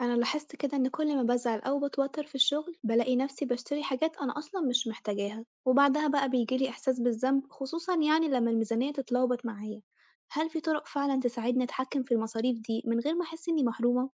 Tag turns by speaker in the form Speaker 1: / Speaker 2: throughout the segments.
Speaker 1: أنا لاحظت كده إن كل ما بزعل أو بتوتر في الشغل بلاقي نفسي بشتري حاجات أنا أصلا مش محتاجاها وبعدها بقى بيجيلي إحساس بالذنب خصوصا يعني لما الميزانية تتلخبط معايا، هل في طرق فعلا تساعدني أتحكم في المصاريف دي من غير ما أحس إني محرومة؟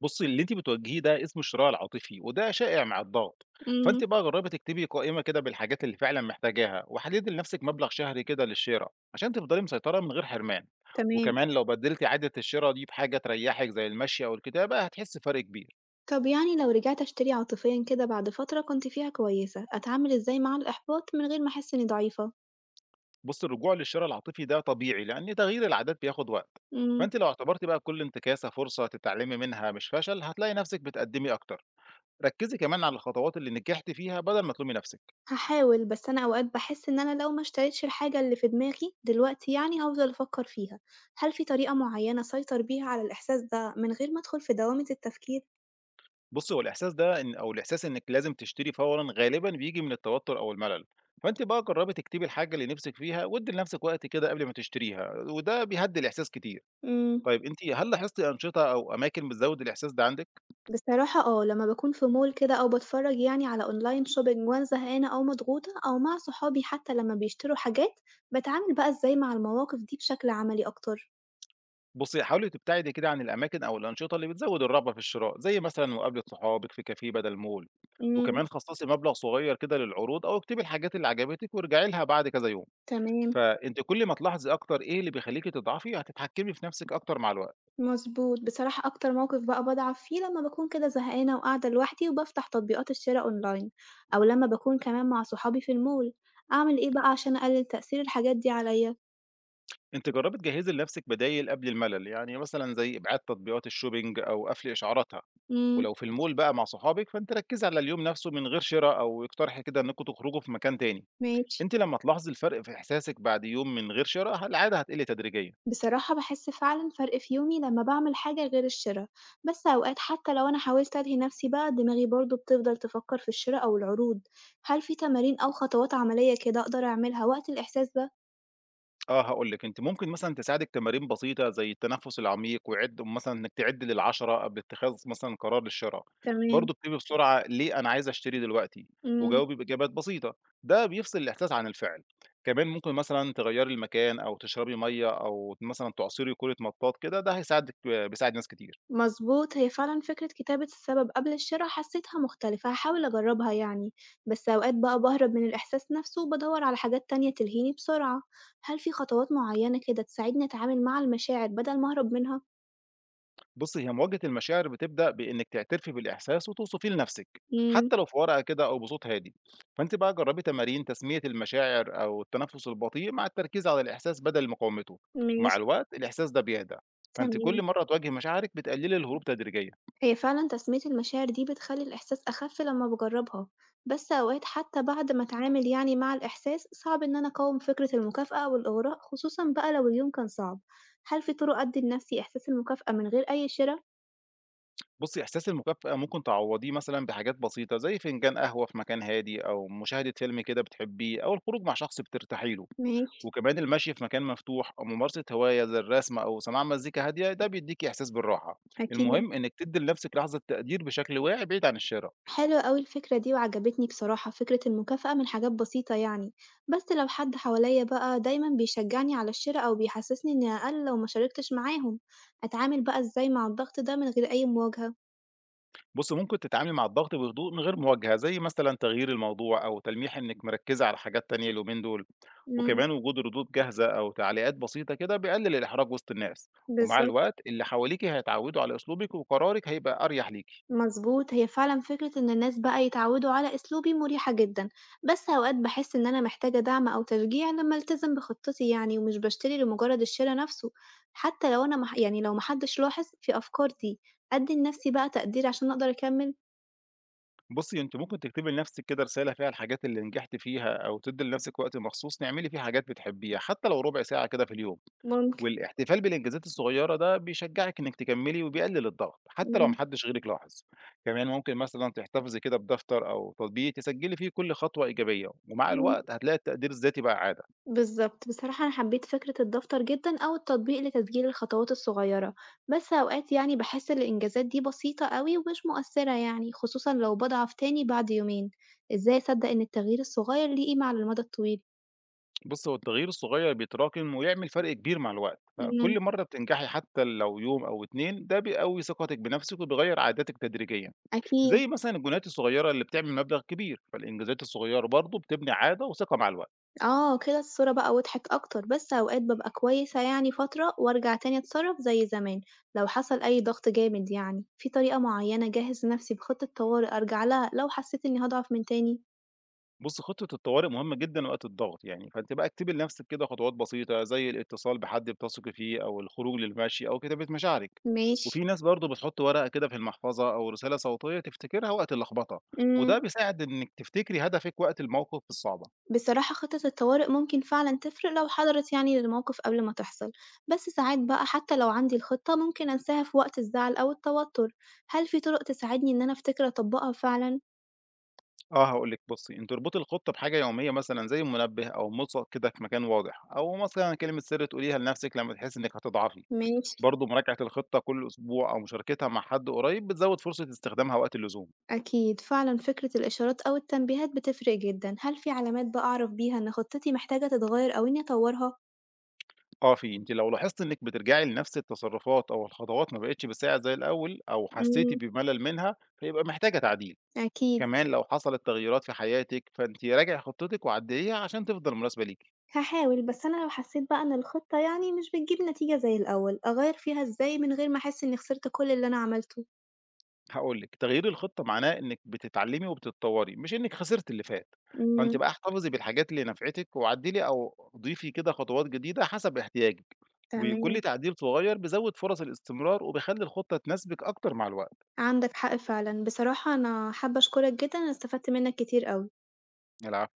Speaker 2: بُصّي، اللي أنتِ بتواجهيه ده اسمه الشراء العاطفي، وده شائع مع الضغط، فأنتِ
Speaker 1: امم.
Speaker 2: بقى جرّبي تكتبي قائمة كده بالحاجات اللي فعلًا محتاجاها، وحددي لنفسِك مبلغ شهري كده للشرا، عشان تفضلي مسيطرة من غير حرمان،
Speaker 1: تمام.
Speaker 2: وكمان لو بدّلتِ عادة الشرا دي بحاجة تريّحِك زي المشي أو الكتابة هتحسّي بفرق كبير،
Speaker 1: طب يعني لو رجعت أشتري عاطفيا كده بعد فترة كنت فيها كويسة أتعامل إزاي مع الإحباط من غير ما أحس إني ضعيفة؟
Speaker 2: بُصّي الرجوع للشرا العاطفي ده طبيعي، لإن تغيير العادات بياخد وقت،
Speaker 1: امم.
Speaker 2: فأنتِ لو اعتبرتِ بقى كل انتكاسة فرصة تتعلمي منها مش فشل، هتلاقي نفسِك بتقدّمي أكتر، ركّزي كمان على الخطوات اللي نجحتِ فيها بدل ما تلومي نفسِك.
Speaker 1: هاحاول، بس أنا أوقات باحس إن أنا لو ما اشتريتش الحاجة اللي في دماغي دلوقتي يعني هافضل أفكّر فيها، هل في طريقة معيّنة أسيطر بيها على الإحساس ده من غير ما أدخل في دوامة التفكير؟
Speaker 2: بُصّي، هو الإحساس ده إن أو الإحساس إنِّك لازم تشتري فورًا غالبًا بييجي من التوتُّر أو الملل، فأنتِ بقى جرّبي تكتبي الحاجة اللي نِفْسِك فيها وادّي لنَفْسِك وقت كده قبل ما تشتريها وده بيهدّي الإحساس كتير.
Speaker 1: إمم.
Speaker 2: طيب أنتِ هل لاحظتِ أنشطة أو أماكن بتزوِّد الإحساس ده عندِك؟
Speaker 1: بصراحة آه، لمّا باكون في mall كده أو باتفرّج يعني على online shopping وأنا زهقانة أو مضغوطة أو مع صحابي حتى لمّا بيشتروا حاجات، باتعامل بقى إزاي مع المواقف دي بشكل عملي أكتر؟
Speaker 2: بُصّي، حاولي تبتعدي كده عن الأماكن أو الأنشطة اللي بتزوِّد الرغبة في الشراء، زي مثلًا مقابلة صحابِك في كافيه بدل مول،
Speaker 1: إمم.
Speaker 2: وكمان خصّصي مبلغ صغير كده للعروض أو اكتبي الحاجات اللي عجبتِك وارجعي لها بعد كذا يوم.
Speaker 1: تمام.
Speaker 2: فأنتِ كل ما تلاحظي أكتر إيه اللي بيخلّيكِ تضعفي، هتتحكّمي في نَفْسِك أكتر مع الوقت.
Speaker 1: مضبوط، بصراحة أكتر موقف بقى باضعف فيه لمّا باكون كده زهقانة وقاعدة لوحدي وبافتح تطبيقات الشِرا أونلاين، أو لمّا باكون كمان مع صحابي في المول، أعمل إيه بقى عشان أقلل تأثير الحاجات دي عليَّ؟
Speaker 2: أنتِ جرّبي تجهّزي لنفسِك بدايل قبل الملل، يعني مثلًا زي إبعاد تطبيقات الshopping أو قفل إشعاراتها،
Speaker 1: إمم.
Speaker 2: ولو في المول بقى مع صحابِك فأنتِ ركّزي على اليوم نفسه من غير شِرا أو اقترحي كده إنّكم تخرجوا في مكان تاني،
Speaker 1: ماشي.
Speaker 2: أنتِ لمّا تلاحظي الفرق في إحساسِك بعد يوم من غير شِرا العادة هتقل تدريجيًا.
Speaker 1: بصراحة باحس فعلًا فرق في يومي لمّا باعمل حاجة غير الشِرا، بس أوقات حتى لو أنا حاولت ألهي نفسي بقى دماغي برضه بتفضل تفكر في الشِرا أو العروض، هل في تمارين أو خطوات عملية كده أقدر أعملها وقت الإحساس ده؟
Speaker 2: آه، هاقول لِك، أنتِ ممكن مثلًا تساعدِك تمارين بسيطة زي التنفس العميق، وعِد مثلًا إنِّك تعدّي لل10 قبل اتخاذ مثلًا قرار للشرا،
Speaker 1: تمام.
Speaker 2: برضه اكتبي بسرعة ليه أنا عايزة أشتري دلوقتي،
Speaker 1: إمم.
Speaker 2: وجاوبي بإجابات بسيطة، ده بيفصل الإحساس عن الفعل، كمان ممكن مثلًا تغيّري المكان أو تشربي مَيّة أو مثلًا تعصري كوره مطاط كده، ده هيساعدِك بيساعد ناس كتير.
Speaker 1: مظبوط هي فعلا فكرة كتابة السبب قبل الشراء حسيتها مختلفة هحاول أجربها يعني. بس أوقات بقى بهرب من الإحساس نفسه وبدور على حاجات تانية تلهيني بسرعة. هل في خطوات معينة كده تساعدني أتعامل مع المشاعر بدل ما أهرب منها؟
Speaker 2: بُصّي، هي مواجهة المشاعر بتبدأ بإنِّك تعترفي بالإحساس وتوصفيه لنفسِك،
Speaker 1: مم.
Speaker 2: حتى لو في ورقة كده أو بصوت هادي. فأنتِ بقى جرّبي تمارين تسمية المشاعر أو التنفس البطيء مع التركيز على الإحساس بدل مقاومته، ومع
Speaker 1: ماشي.
Speaker 2: الوقت الإحساس ده بيهدى. فأنتِ كل
Speaker 1: تمام.
Speaker 2: مرّة تواجهي مشاعرِك بتقللي الهروب تدريجيًا.
Speaker 1: هي فعلا تسمية المشاعر دي بتخلي الإحساس أخف لما بجربها. بس أوقات حتى بعد ما أتعامل يعني مع الإحساس صعب إن أنا أقاوم فكرة المكافأة أو الإغراء خصوصا بقى لو اليوم كان صعب. هل في طرق أدي لنفسي إحساس المكافأة من غير أي شراء؟
Speaker 2: بُصّي، إحساس المكافأة ممكن تعوّضيه مثلًا بحاجات بسيطة، زي فنجان قهوة في مكان هادي أو مشاهدة فيلم كده بتحبيه أو الخروج مع شخص بترتاحي له،
Speaker 1: ماشي.
Speaker 2: وكمان المشي في مكان مفتوح أو ممارسة هواية زي الرسم أو سماع مزيكا هادية، ده بيدّيكِ إحساس بالراحة.
Speaker 1: أكيد. إمم.
Speaker 2: المهم إنِّك تدّي لنفسِك لحظة تقدير بشكل واعي بعيد عن الشارع.
Speaker 1: حلوة أوي الفكرة دي وعجبتني بصراحة، فكرة المكافأة من حاجات بسيطة يعني. بس لو حد حواليّا بقى دايمًا بيشجعني على الشِرا أو بيحسسني إني أقل لو ما شاركتش معاهم، أتعامل بقى إزاي مع الضغط ده من غير أي مواجهة؟
Speaker 2: بُصّي، ممكن تتعاملي مع الضغط بهدوء من غير مواجهة، زي مثلًا تغيير الموضوع أو تلميح إنِّك مركّزة على حاجات تانية اليومين دول،
Speaker 1: إمم.
Speaker 2: وكمان وجود ردود جاهزة أو تعليقات بسيطة كده بيقلل الإحراج وسط الناس، ومع
Speaker 1: بالضبط.
Speaker 2: الوقت اللي حواليكِ هيتعودوا على أسلوبِك وقرارِك هيبقى أريح ليكِ.
Speaker 1: مظبوط هي فعلا فكرة إن الناس بقى يتعودوا على أسلوبي مريحة جدا. بس أوقات بحس إن أنا محتاجة دعم أو تشجيع لما ألتزم بخطتي يعني ومش بشتري لمجرد الشراء نفسه، حتى لو أنا يعني لو محدش لاحظ في أفكار دي، أدي لنفسي بقى تقدير عشان أقدر أكمل.
Speaker 2: بُصّي، أنتِ ممكن تكتبي لنفسِك كده رسالة فيها الحاجات اللي نجحتِ فيها أو تدّي لنفسِك وقت مخصوص تعملي فيه حاجات بتحبيها، حتى لو ربع ساعة كده في اليوم.
Speaker 1: ممكن.
Speaker 2: والاحتفال بالإنجازات الصغيّرة ده بيشجّعِك إنِّك تكمّلي وبيقلل الضغط، حتى لو ما
Speaker 1: مم.
Speaker 2: حدّش غيرِك لاحظ. كمان ممكن مثلًا تحتفظي كده بدفتر أو تطبيق تسجّلي فيه كل خطوة إيجابية، ومع
Speaker 1: ممكن.
Speaker 2: الوقت هتلاقي التقدير الذاتي بقى عادة.
Speaker 1: بالضبط. بصراحة أنا حبّيت فكرة الدفتر جدًا أو التطبيق لتسجيل الخطوات الصغيّرة، بس أوقات يعني باحس الإنجازات دي بسيطة أوي ومش مؤثّرة يعني، خصوصًا لو باضعف تاني بعد يومين. إزاي أصدّق إن التغيير الصغيّر ليه قيمة على المدى الطويل؟
Speaker 2: بُصّي، هو التغيير الصغيّر بيتراكم ويعمل فرق كبير مع الوقت،
Speaker 1: إمم.
Speaker 2: فكل مرّة بتنجحي حتى لو يوم أو 2 ده بيقوّي ثقتِك بنفسِك وبيغيّر عاداتِك تدريجيًا.
Speaker 1: أكيد.
Speaker 2: زي مثلًا الجُنيهات الصغيّرة اللي بتعمل مبلغ كبير، فالإنجازات الصغيّرة برضه بتبني عادة وثقة مع الوقت.
Speaker 1: آه، كده الصورة بقى وضحت أكتر، بس أوقات بابقى كويسة يعني فترة وأرجع تاني أتصرّف زي زمان لو حصل أي ضغط جامد يعني. في طريقة معيّنة أجهّز نَفْسي بخطة طوارئ أرجع لها لو حسّيت إني هاضعف من تاني؟
Speaker 2: بُصّي، خطة الطوارئ مهمة جدًا وقت الضغط يعني، فأنتِ بقى اكتبي لنفسِك كده خطوات بسيطة، زي الاتصال بحد بتثقي فيه أو الخروج للمشي أو كتابة مشاعرك،
Speaker 1: ماشي.
Speaker 2: وفي ناس برضه بتحط ورقة كده في المحفظة أو رسالة صوتية تفتكرها وقت اللخبطة،
Speaker 1: إمم.
Speaker 2: وده بيساعد إنِّك تفتكري هدفِك وقت المواقف الصعبة.
Speaker 1: بصراحة خطط الطوارئ ممكن فعلًا تفرق لو حضرت يعني للموقف قبل ما تحصل، بس ساعات بقى حتى لو عندي الخطة ممكن أنساها في وقت الزعل أو التوتر، هل في طرق تساعدني إن أنا أفتكر أطبقها فعلًا؟
Speaker 2: آه، هاقول لِك بُصّي، أنتِ اربطي الخطة بحاجة يومية مثلًا زي منبه أو ملصق كده في مكان واضح، أو مثلًا كلمة سر تقوليها لنفسِك لمّا تحسي إنِّك هتضعفي.
Speaker 1: ماشي.
Speaker 2: برضه مراجعة الخطة كل أسبوع أو مشاركتها مع حد قريب بتزود فرصة استخدامها وقت اللزوم.
Speaker 1: أكيد فعلًا فكرة الإشارات أو التنبيهات بتفرق جدًا، هل في علامات بقى أعرف بيها إن خطتي محتاجة تتغير أو إني أطورها؟
Speaker 2: آه في، أنتِ لو لاحظتِ إنِّك بترجعي لنفس التصرفات أو الخطوات ما بقتش بتساعد زي الأول أو حسيتِ
Speaker 1: إمم.
Speaker 2: بملل منها، فيبقى محتاجة تعديل.
Speaker 1: أكيد.
Speaker 2: كمان لو حصلت تغييرات في حياتِك، فأنتِ راجعي خطتِك وعدّليها عشان تفضل مناسبة ليكِ.
Speaker 1: هاحاول، بس أنا لو حسيت بقى إن الخطة يعني مش بتجيب نتيجة زي الأول، أغير فيها إزاي من غير ما أحس إني خسرت كل اللي أنا عملته؟
Speaker 2: هاقول لِك، تغيير الخطة معناه إنِّك بتتعلّمي وبتتطوّري، مش إنِّك خسرتِ اللي فات. فأنتِ
Speaker 1: إمم.
Speaker 2: بقى احتفظي بالحاجات اللي نفعتِك وعدّلي أو ضيفي كده خطوات جديدة حسب احتياجِك. وكل
Speaker 1: تمام.
Speaker 2: تعديل صغير بيزوّد فرص الاستمرار وبيخلّي الخطة تناسبِك أكتر مع الوقت.
Speaker 1: عندك حق فعلًا، بصراحة أنا حابة أشكرك جدًا، أنا استفدت منّك كتير أوي.
Speaker 2: العفو.